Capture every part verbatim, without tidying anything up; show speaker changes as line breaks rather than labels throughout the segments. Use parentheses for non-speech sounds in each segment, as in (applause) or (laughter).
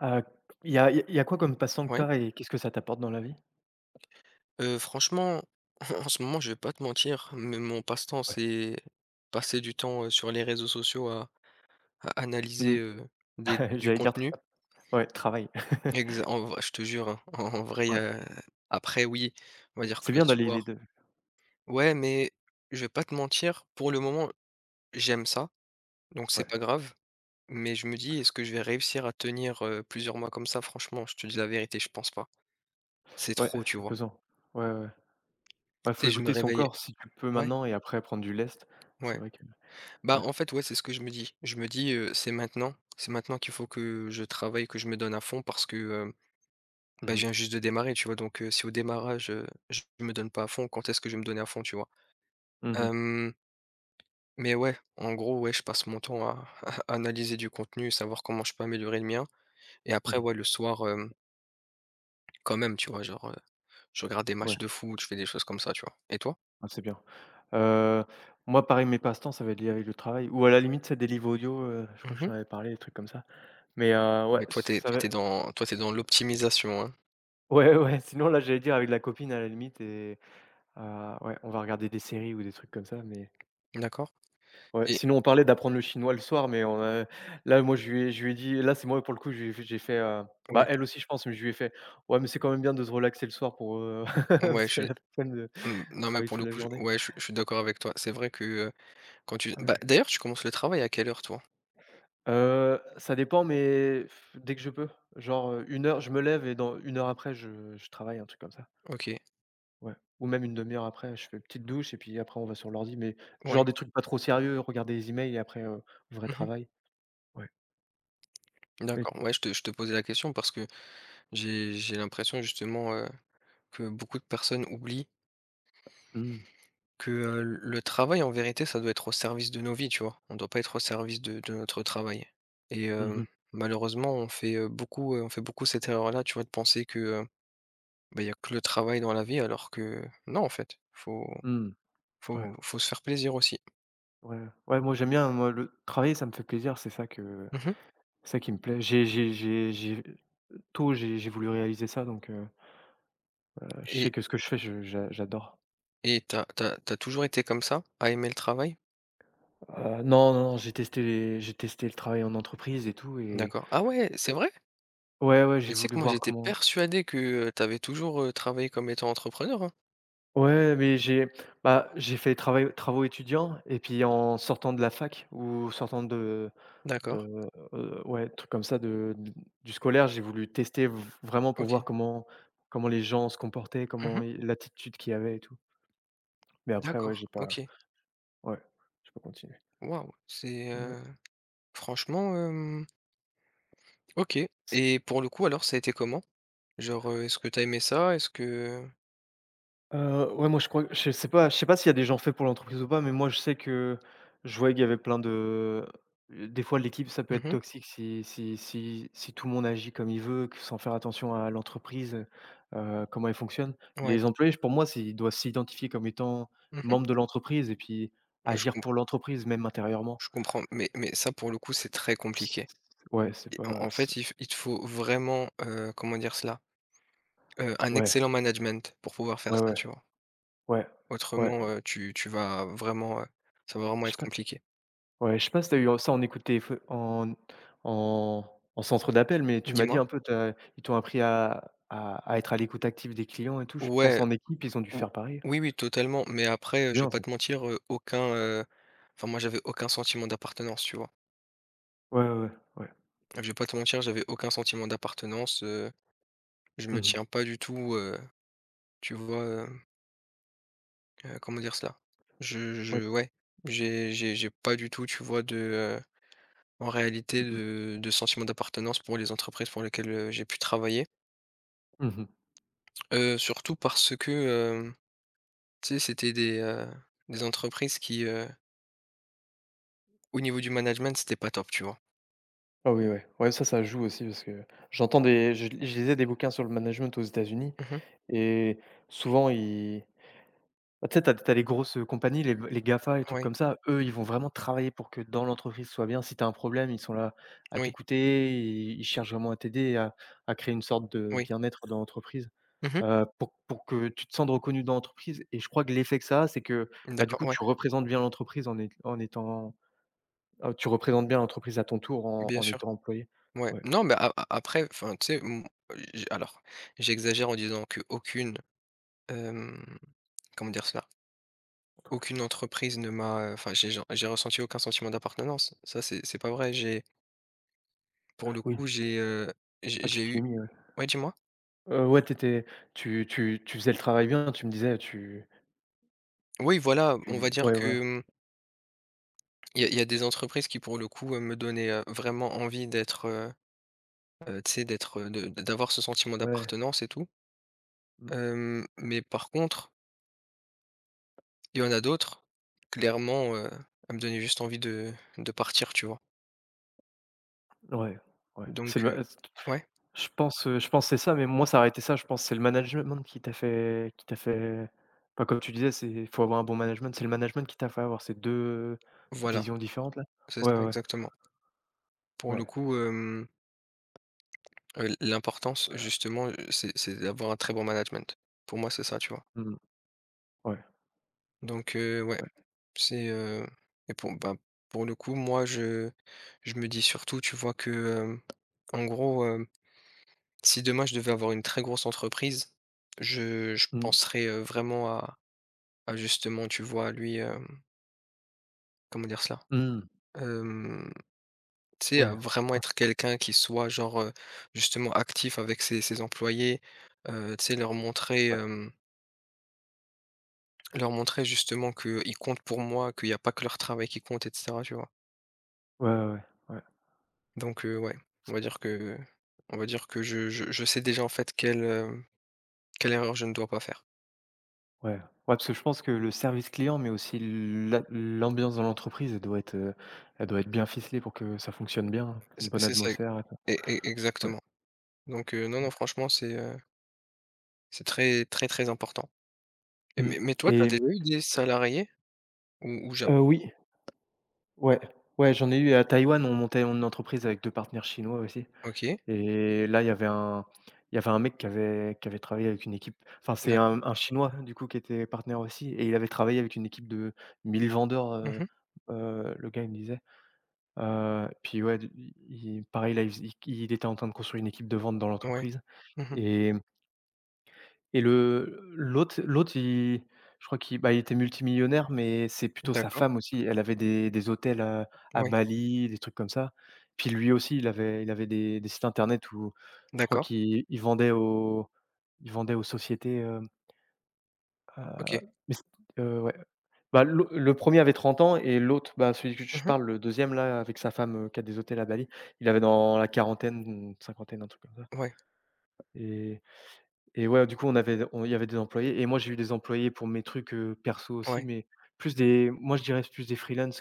Heu, il y a il y a quoi comme passe-temps que
Ouais,
t'as et qu'est-ce que ça t'apporte dans la vie?
heu, franchement, (laughs) en ce moment, je vais pas te mentir, mais mon passe-temps,
Ouais.
c'est passer du temps, heu, sur les réseaux sociaux à à
Mmh.
analyser, heu, des
(laughs)
du
J'allais dire tra
contenu.
ouais, travail.
Exa
(laughs)
En vrai, je te jure, hein, en en vrai, y
Ouais.
a après oui, on va dire que
C'est
le
bien d'aller les
soir
deux.
ouais, mais je vais pas te mentir, pour le moment, j'aime ça, donc c'est
Ouais.
pas grave, mais je me dis: «Est-ce que je vais réussir à tenir, heu, plusieurs mois comme ça?» Franchement, je te dis la vérité, je pense pas. C'est
Ouais,
trop, tu
c'est
vois?
pesant. Ouais, ouais.
Tu
Ouais, faut
sais, je me
écouter son
réveille
corps si tu peux
ouais,
maintenant et après prendre du lest.
ouais.
C'est vrai que
Bah,
ouais.
en fait, ouais, c'est ce que je me dis. Je me dis, heu, c'est maintenant. C'est maintenant qu'il faut que je travaille, que je me donne à fond parce que, heu, bah,
Mmh
je
mh.
viens juste de démarrer, tu vois? Donc, heu, si au démarrage, heu, je me donne pas à fond, quand est-ce que je vais me donner à fond, tu vois?
Mmh.
Hem, mais ouais, en gros, ouais, je passe mon temps à (laughs) à analyser du contenu, savoir comment je peux améliorer le mien et après,
Mmh.
ouais, le soir, hem, quand même, tu vois? Genre, heu, je regarde des
Ouais,
matchs de foot, je fais des choses comme ça, tu vois? Et toi?
ah, c'est bien. Heu, Moi pareil, mes passe-temps, ça va être lié avec le travail ou à la limite, c'est des livres audio, heu, je crois que je
Mmh.
t'en avais parlé, des trucs comme ça. Mais heu, ouais,
Mais toi, t'es
ça
toi,
va
t'es dans toi, t'es dans l'optimisation, hein?
ouais, ouais, sinon là, j'allais dire avec la copine à la limite et ah ouais, on va regarder des séries ou des trucs comme ça, mais
D'accord.
ouais,
Et
sinon on parlait d'apprendre le chinois le soir, mais on a là, moi, je lui ai je lui ai dit là, c'est moi pour le coup, je j'ai fait, heu, bah,
ouais,
elle aussi, je pense, mais je lui ai fait: «Ouais, mais c'est quand même bien de se relaxer le soir pour, heu, (laughs)
ouais,
parce
je
que
suis
la flemme de
Mmh, non, mais
travailler
pour
toute
le
la
coup, je
journée».
ouais, je suis je suis d'accord avec toi. C'est vrai que, heu, quand tu bah,
Ouais.
d'ailleurs, tu commences le travail à quelle heure, toi?
Heu, ça dépend, mais f- dès que je peux. Genre, heu, une heure, je me lève et dans une heure après, je je travaille, un truc comme ça.
OK,
Ouais, ou même une demi heure après, je fais une petite douche et puis après on va sur l'ordi, mais
ouais.
genre des trucs pas trop sérieux, regarder les emails et après, heu, vrai
Mmh.
travail. Ouais. Oui.
D'accord, ouais, je te je te posais la question parce que j'ai j'ai l'impression justement, heu, que beaucoup de personnes oublient
Mmh.
que, heu, le travail, en vérité, ça doit être au service de nos vies, tu vois? On doit pas être au service de de notre travail et
Mmh
hem,
mh.
malheureusement, on fait, heu, beaucoup, heu, on fait beaucoup cette erreur-là, tu vois, de penser que, heu, bah, il y a que le travail dans la vie alors que non, en fait, faut
Mmh. Ouais,
faut faut se faire plaisir aussi.
ouais, ouais, moi j'aime bien, moi le travailler ça me fait plaisir, c'est ça que
Mmh.
c'est ça qui me plaît. J'ai j'ai j'ai j'ai tôt j'ai j'ai voulu réaliser ça donc heu, heu, je
Et
sais que ce que je fais, je j'a j'adore.
Et t'as t'as t'as toujours été comme ça, à aimer le travail?
Heu, non, non, non, j'ai testé les j'ai testé le travail en entreprise et tout et
D'accord. Ah ouais, c'est
et
vrai?
ouais, ouais,
Mais
j'ai
tu sais
voulu
que moi
voir
j'étais
comment
persuadé que, heu, tu toujours, heu, travaillé comme étant entrepreneur, hein?
ouais, mais j'ai bah, j'ai fait travail travaux étudiants et puis en sortant de la fac ou sortant de
D'accord,
De, heu, ouais, truc comme ça de d du scolaire, j'ai voulu tester v vraiment pour
OK.
voir comment comment les gens se comportaient, comment
Mmh.
i l'attitude qu'il y avait et tout. Mais après, ouais,
D'accord,
j'ai pas
OK.
ouais, j'ai pas continué.
Waouh, c'est,
Ouais.
heu, franchement, hem, OK et pour le coup alors ça a été comment? Genre, heu, est-ce que t'as aimé ça? Est-ce que
Heu, ouais, moi, je crois je sais pas je sais pas s'il y a des gens faits pour l'entreprise ou pas, mais moi, je sais que je voyais qu'il y avait plein de des fois, l'équipe, ça peut être
Mhm.
toxique si si si si tout le monde agit comme il veut, que sans faire attention à l'entreprise, heu comment elle fonctionne.
Ouais.
Les employés, pour moi, c'est ils doivent s'identifier comme étant
Mhm. Mh.
membres de l'entreprise et puis
Je
agir
comp
pour l'entreprise, même intérieurement.
je comprends, mais mais ça pour le coup c'est très
C
compliqué
ouais, c'est
et en
pas
en
c
fait il f il te faut vraiment, heu, comment dire cela? Heu, un
ouais,
excellent management pour pouvoir faire
ouais,
ça,
ouais,
tu vois?
ouais, ouais.
Autrement, heu, tu tu vas vraiment, heu, ça va vraiment
Je
être compliqué.
Ouais, je sais pas si tu as eu ça en écoute téléf en en en centre d'appel, mais tu m'as dit
Dis-moi?
un peu, tu ils t'ont appris à à à être à l'écoute active des clients et tout. Je pense
Ouais,
en équipe, ils ont dû
ou
faire pareil.
oui, oui, totalement, mais après, heu, je vais
Bien
pas
ça.
te mentir, heu, aucun, heu, enfin moi j'avais aucun sentiment d'appartenance, tu vois?
Ouais, ouais, ouais, ouais.
Je vais pas te mentir, j'avais aucun sentiment d'appartenance, heu, je me
Mmh.
tiens pas du tout, heu, tu vois, hem, heu, comment dire cela? Je
Ouais.
je Ouais, j'ai j'ai j'ai pas du tout, tu vois, de, heu, en réalité
Mmh mh.
de de sentiment d'appartenance pour les entreprises pour lesquelles, heu, j'ai pu travailler.
Mmh.
Heu, surtout parce que, tu sais, c'était des, heu, des entreprises qui, heu, au niveau du management, c'était pas top, tu vois?
Ah oui, ouais. Ouais, ça, ça joue aussi parce que j'entends des je je lisais des bouquins sur le management aux États-Unis
Mmh mh.
et souvent ils bah, tu sais, t'as as les grosses compagnies, les les GAFA, les trucs
Ouais,
comme ça, eux, ils vont vraiment travailler pour que dans l'entreprise ce soit bien. Si t'as un problème, ils sont là à
oui,
t'écouter, ils ils cherchent vraiment à t'aider à à créer une sorte de
oui.
bien-être dans l'entreprise,
Mmh.
heu, pour pour que tu te sentes reconnu dans l'entreprise et je crois que l'effet que ça a, c'est que bah, du
D'accord,
coup,
ouais,
tu représentes bien l'entreprise en ét en étant heu, tu représentes bien l'entreprise à ton tour en
bien
en
sûr.
étant employé.
Ouais.
Ouais,
Non, mais a a après, enfin, tu sais, mmh, j alors, j'exagère en disant qu'aucune, hem, comment dire cela? Aucune entreprise ne m'a, euh, enfin, j'ai gen j'ai ressenti aucun sentiment d'appartenance. Ça, c'est c'est pas vrai. J'ai Pour le
oui.
coup, j'ai, heu, j'ai
Ah, tu
j'ai
t'y
eu
es mis, ouais.
ouais, dis-moi?
Heu, ouais, tu tu tu tu faisais le travail bien, tu me disais, tu
Oui, voilà, on va
tu
dire
ouais, voilà,
que, mmh, il y a y a des entreprises qui, pour le coup, heu, me donnaient, heu, vraiment envie d'être, heu, tu sais, d'être, heu, de d'avoir ce sentiment
ouais.
d'appartenance et tout.
Mmh.
Hem, mais par contre, il y en a d'autres, clairement, heu, à me donner juste envie de de partir, tu vois?
Ouais, ouais,
Donc
c'est le
heu,
ma
ouais,
je pense, heu, je pense que c'est ça, mais moi ça a été ça, je pense, que c'est le management qui t'a fait qui t'a fait enfin, comme tu disais, c'est faut avoir un bon management, c'est le management qui t'a fait avoir ces deux
voilà,
visions différentes là?
c'est
Ouais,
ça
ouais,
exactement. Pour le
ouais,
coup, hem, heu, l'importance justement, heu, c'est c'est d'avoir un très bon management. Pour moi, c'est ça, tu vois?
mmh, ouais,
Donc heu, ouais,
ouais,
c'est, heu et pour bah, pour le coup, moi, je je me dis surtout, tu vois, que, hem, en gros, hem si demain je devais avoir une très grosse entreprise, je je
mmh,
penserais, heu, vraiment à à justement, tu vois, lui, hem, comment dire cela?
mmh,
Hem, Tu sais, à
ouais,
vraiment
oh,
être quelqu'un qui soit genre, heu, justement actif avec ses ses employés, heu, tu sais, leur montrer,
ouais,
hem, leur montrer justement qu'ils comptent pour moi, qu'il n'y a pas que leur travail qui compte et cetera, tu vois?
ouais, ouais, ouais, ouais, ouais,
Donc heu, ouais, on va dire que on va dire que je je je sais déjà en fait quelle, heu, quelle erreur je ne dois pas faire.
ouais, parce que je pense que le service client, mais aussi l'a l'ambiance dans l'entreprise, elle doit être, heu, elle doit être bien ficelée pour que ça fonctionne bien, une
C'est
bonne
c'est ça,
atmosphère et tout.
e e
Ouais,
exactement. Donc heu, non, non,
ouais,
franchement, c'est, heu, c'est très, très, très important. Et
mmh
mais mais toi, tu as
et
déjà eu des salariés ou ou ja
heu, oui ouais, ouais, j'en ai eu à Taïwan, on montait une entreprise avec deux partenaires chinois aussi
OK,
et là, il y avait un il y avait un mec qui avait qui avait travaillé avec une équipe enfin, c'est
d'accord.
un un Chinois, du coup, qui était partenaire aussi et il avait travaillé avec une équipe de mille vendeurs, heu
Mmh.
heu, le gars, il me disait, heu, puis ouais, d i pareil, là, il il il était en train de construire une équipe de vente dans
Ouais.
l'entreprise
Mmh.
et et le l'autre l'autre, il je crois qu'il bah, il était multimillionnaire, mais c'est plutôt sa
D'accord.
femme aussi. Elle avait des des hôtels, heu, à
Ouais.
Bali, des trucs comme ça. Puis lui aussi, il avait il avait des des sites internet où je crois
D'accord.
qu'il il vendait aux il vendait aux sociétés, hem, heu,
OK.
mais c heu, ouais. Bah, l'au le premier avait trente ans et l'autre, bah, celui que je
Mmh.
parle, le deuxième là, avec sa femme, heu, qui a des hôtels à Bali, il avait dans la quarantaine, cinquantaine, un truc comme ça
Ouais,
et et ouais, du coup, on avait on il y avait des employés et moi, j'ai eu des employés pour mes trucs, heu, perso aussi,
ouais.
mais plus des moi, je dirais plus des freelances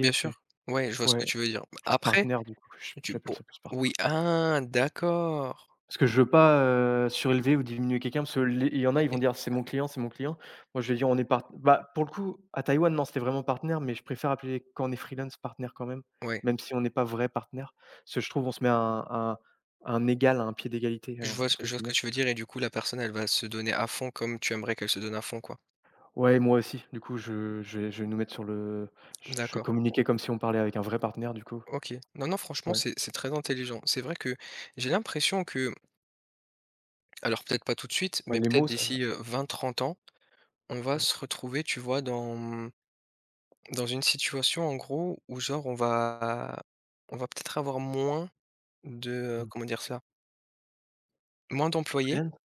Bien
tu sais?
sûr. Ouais, je vois ce
Ouais,
que tu veux dire.
plus
Après,
partenaire du coup, j
tu
j'appelle
pour
ça plus
oui,
partenaire.
ah d'accord!
Parce que je veux pas, heu, surélever ou diminuer quelqu'un parce qu'il y en a, ils vont
OK.
dire: «C'est mon client, c'est mon client». Moi, je vais dire: «On est part» bah, pour le coup, à Taïwan, non, c'était vraiment partenaire, mais je préfère appeler quand on est freelance, partenaire quand même,
Ouais.
même si on n'est pas vrai partenaire. Parce que je trouve on se met à un à un à un égal, à un pied d'égalité, heu,
Je vois ce
entre
je vois ce que
guillemets.
tu veux dire et du coup, la personne, elle va se donner à fond comme tu aimerais qu'elle se donne à fond, quoi.
Ouais, moi aussi. Du coup, je je vais je vais nous mettre sur le je vais
D'accord.
communiquer comme si on parlait avec un vrai partenaire, du coup.
OK. Non, non, franchement,
Ouais,
c'est c'est très intelligent. C'est vrai que j'ai l'impression que alors peut-être pas tout de suite,
ouais,
mais
les
peut-être
mots,
d'ici,
ça
heu, vingt trente ans, on va
ouais.
se retrouver, tu vois, dans, mmh, dans une situation en gros où genre on va on va peut-être avoir moins de, heu,
Mmh.
comment dire ça, Moins d'employés,
Freelance?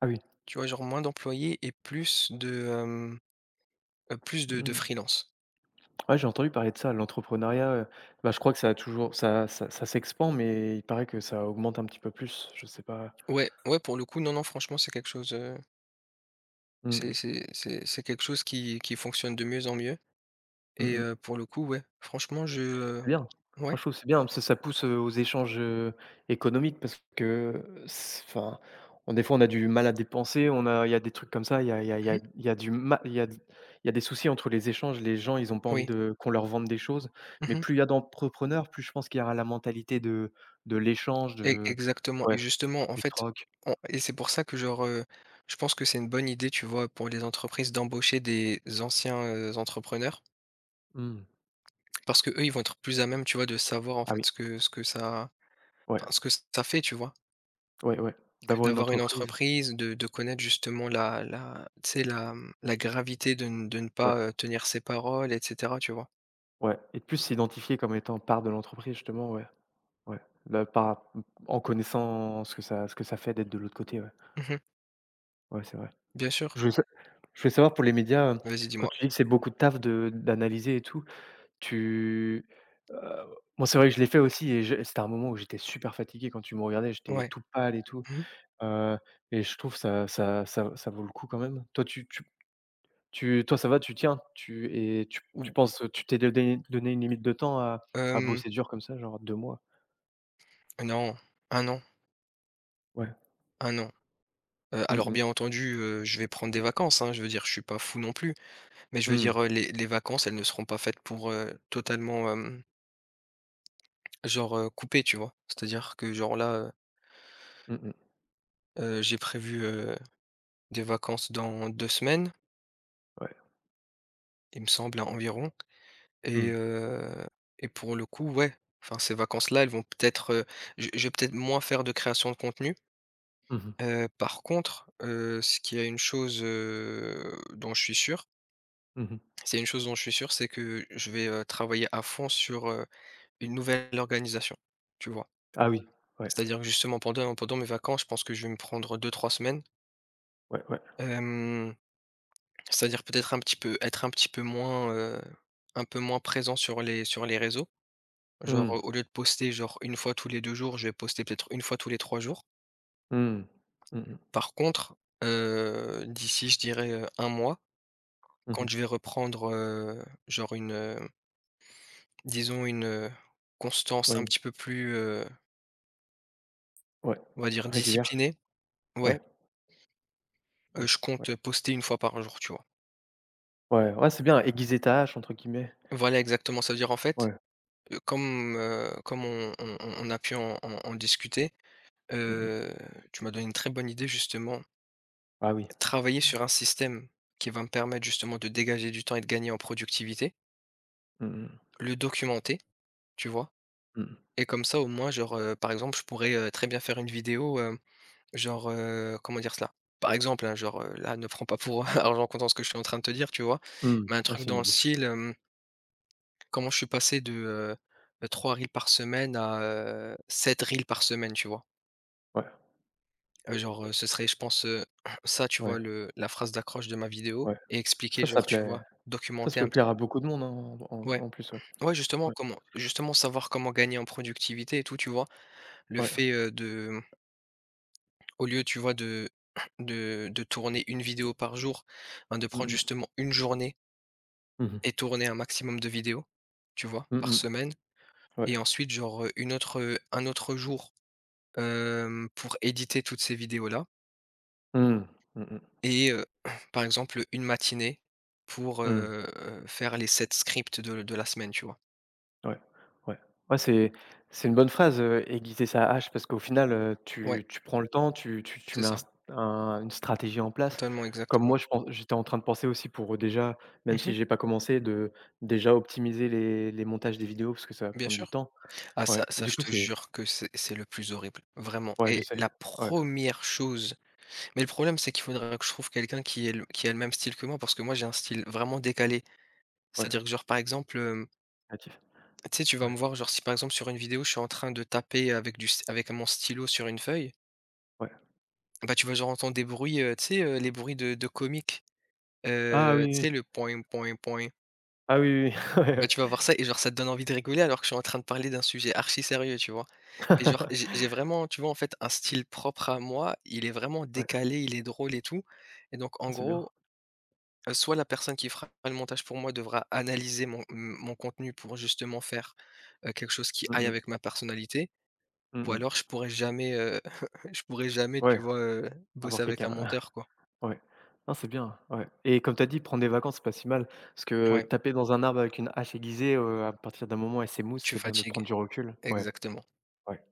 Ah oui.
tu vois? Genre moins d'employés et plus de, hem, heu, plus de de
Mmh.
freelance.
Ouais, j'ai entendu parler de ça, l'entrepreneuriat, heu, bah, je crois que ça a toujours ça ça ça s'expand, mais il paraît que ça augmente un petit peu plus, je sais pas.
Ouais, ouais pour le coup non, non franchement c'est quelque chose, heu,
Mmh
c'est
mh.
c'est c'est c'est quelque chose qui qui fonctionne de mieux en mieux et
Mmh.
heu, pour le coup ouais, franchement je, heu
C'est bien. Moi,
ouais.
je trouve que c'est bien, parce que ça pousse, heu, aux échanges, heu, économiques parce que, s enfin, on des fois, on a du mal à dépenser, on a il y a des trucs comme ça, il y a il y a il y a
Mmh.
il y a du ma il y a il y a des soucis entre les échanges, les gens, ils ont pas envie
Oui.
de qu'on leur vende des choses, mais
Mmh.
plus il y a d'entrepreneurs, plus je pense qu'il y aura la mentalité de de l'échange,
E
de
Exactement et
ouais,
justement, en
du
fait,
troc.
on et c'est pour ça que genre, heu, je pense que c'est une bonne idée, tu vois, pour les entreprises d'embaucher des anciens, heu, entrepreneurs
Mmh.
parce que eux ils vont être plus à même, tu vois, de savoir, en
Ah oui,
fait, ce que ce que ça
ouais,
enfin, ce que ça fait, tu vois?
ouais, ouais,
Que
d'avoir une
d'avoir une
entreprise,
entreprise, de de connaître justement la la tu sais, la, mmh, la gravité de ne de ne
ouais,
pas, heu, tenir ses paroles et cetera, tu vois?
ouais et de plus s'identifier comme étant part de l'entreprise, justement, ouais. Ouais, là, par mmh, en connaissant ce que ça ce que ça fait d'être de l'autre côté, ouais.
Mmh.
Ouais, c'est vrai.
Bien sûr.
Je voulais sa je voulais savoir pour les médias, heu,
Vas-y,
quand
dis-moi.
tu dis que c'est beaucoup de taf de d'analyser et tout, tu, heu, moi, c'est vrai que je l'ai fait aussi et je c'était un moment où j'étais super fatigué quand tu me regardais, j'étais
Ouais.
tout pâle et tout,
Mmh.
heu et je trouve ça ça ça ça vaut le coup quand même. Toi, tu tu tu toi, ça va, tu tiens, tu et tu
Ou,
tu penses, tu t'es donné donné une limite de temps à à
hem,
bosser dur comme ça, genre deux mois?
non, un an,
Ouais.
un an. Heu,
Mmh
alors
mh.
bien entendu, heu, je vais prendre des vacances, hein, je veux dire, je suis pas fou non plus, mais je veux
Mmh.
dire, heu, les les vacances, elles ne seront pas faites pour, heu, totalement, hem, genre, heu, couper, tu vois? C'est-à-dire que genre là, heu
Mmh mh.
heu, j'ai prévu, heu, des vacances dans deux semaines,
Ouais.
il me semble, hein, environ et
Mmh.
heu et pour le coup, ouais, enfin ces vacances-là, elles vont peut-être, heu, je je vais peut-être moins faire de création de contenu.
Mmh mh.
Heu, par contre, heu, ce qui est une chose, heu, dont je suis sûr
Mmh mh.
c'est une chose dont je suis sûr, c'est que je vais, heu, travailler à fond sur, heu, une nouvelle organisation, tu vois?
Ah oui, ouais,
C'est-à-dire que justement pendant pendant mes vacances, je pense que je vais me prendre deux-trois semaines,
ouais, ouais.
hem, c'est-à-dire peut-être un petit peu être un petit peu moins, heu, un peu moins présent sur les sur les réseaux. Genre,
Mmh.
euh, au lieu de poster genre une fois tous les deux jours, je vais poster peut-être une fois tous les trois jours.
Mmh. Mmh mh.
Par contre, heu, d'ici je dirais, heu, un mois,
Mmh
quand
mh.
je vais reprendre, heu, genre une, heu, disons une, heu, constance un
Oui,
petit peu plus, heu
ouais.
on va dire
Régulière?
discipliné, ouais,
Ouais,
heu,
ouais,
je
ouais.
compte, poster une fois par jour, tu vois?
Ouais, ouais, c'est bien, «aiguiser ta hache» entre guillemets.
Voilà exactement, ça veut dire en fait,
Ouais.
heu, comme, heu, comme on on on on a pu en en en discuter,
Mmh mh.
heu, tu m'as donné une très bonne idée justement,
Ah oui.
travailler sur un système qui va me permettre justement de dégager du temps et de gagner en productivité,
Mmh mh.
le documenter, tu vois?
Mmh mh.
Et comme ça au moins genre, heu, par exemple je pourrais, heu, très bien faire une vidéo, hem, genre, heu, comment dire cela? Par exemple, hein, genre, heu, là ne prends pas pour (laughs) argent comptant ce que je suis en train de te dire, tu vois?
Mmh.
Mais un
Ouais,
truc
c'est une
dans le
idée.
style, comment je suis passé de, heu heu, trois reels par semaine à, heu, sept reels par semaine, tu vois?
Ouais,
Heu, genre, heu, ce serait, je pense, heu, (clears throat) ça, tu
ouais,
vois, le la phrase d'accroche de ma vidéo
ouais.
et expliquer,
Ça, ça
genre, tu
plaît
vois?
ça, ça
Documenter
peut
un petit
plaire à beaucoup de monde, hein, en
peu.
en
Ouais.
en plus, ouais.
Ouais, justement,
Ouais,
comment justement savoir comment gagner en productivité et tout, tu vois? Le
ouais.
fait, heu, de, mmh, au lieu, tu vois, de (clears throat) de de tourner une vidéo par jour, ben, de prendre
Mmh mh.
justement une journée
Mmh mh.
et tourner un maximum de vidéos, tu vois?
Mmh
Par
mh.
semaine
Ouais.
et ensuite, genre, heu, une autre, heu, un autre jour hem, pour éditer toutes ces vidéos-là
Mmh. Mmh mh.
et heu, (clears throat) par exemple, une matinée pour,
Mmh.
heu, faire les sept scripts de de la semaine, tu vois?
Ouais, ouais. Ouais, c'est c'est une bonne phrase, heu, aiguiser sa hache parce qu'au final, heu,
Ouais,
tu tu prends le temps, tu tu tu
c'est
mets un
ça,
st un une stratégie en place.
totalement,
Comme
exactement.
moi, je pense j'étais en train de penser aussi pour, heu, déjà, même
Mmh.
si j'ai pas commencé, de déjà optimiser les les montages des vidéos parce que ça va
Bien
prendre du
sûr.
temps.
Ah ça
Ouais et
ça
du
je
coup,
te
c'est
jure que c'est c'est le plus horrible, vraiment.
ouais, je
Et
sais.
la
Ouais,
première chose Mais le problème, c'est qu'il faudrait que je trouve quelqu'un qui est le qui a le même style que moi parce que moi, j'ai un style vraiment décalé.
ouais,
C'est-à-dire que genre, par exemple, hem,
créatif.
tu sais, tu vas
Ouais,
me voir, genre, si par exemple sur une vidéo, je suis en train de taper avec du st avec mon stylo sur une feuille.
ouais.
Bah, tu vas genre entendre des bruits, heu, tu sais, heu, les bruits de de comiques,
Ah
heu,
oui,
tu
oui,
sais le
oui.
point point point.
Ah oui, oui, oui. (laughs) Ouais,
Bah,
ouais.
tu vas voir ça et genre ça te donne envie de rigoler alors que je suis en train de parler d'un sujet archi sérieux, tu vois? Et genre j'ai j'ai
(laughs)
vraiment, tu vois, en fait, un style propre à moi, il est vraiment
Ouais.
décalé, il est drôle et tout. Et donc en
Ah, c'est bien.
gros, heu, soit la personne qui fera le montage pour moi devra analyser mon m mon contenu pour justement faire, heu, quelque chose qui
Mmh
aille
mh.
avec ma personnalité ou
Mmh mh.
alors je pourrais jamais, heu, (laughs) je pourrais jamais,
Ouais,
tu vois, heu, bosser
avoir
avec un
quelqu'un.
monteur, quoi.
Ouais. Non, c'est bien, ouais et comme tu as dit, prendre des vacances, c'est pas si mal parce que
Ouais.
taper dans un arbre avec une hache aiguisée, heu, à partir d'un moment, elle s'émousse,
Tu
c'est bien de
fatigues,
prendre du recul. Ouais,
exactement.
ouais.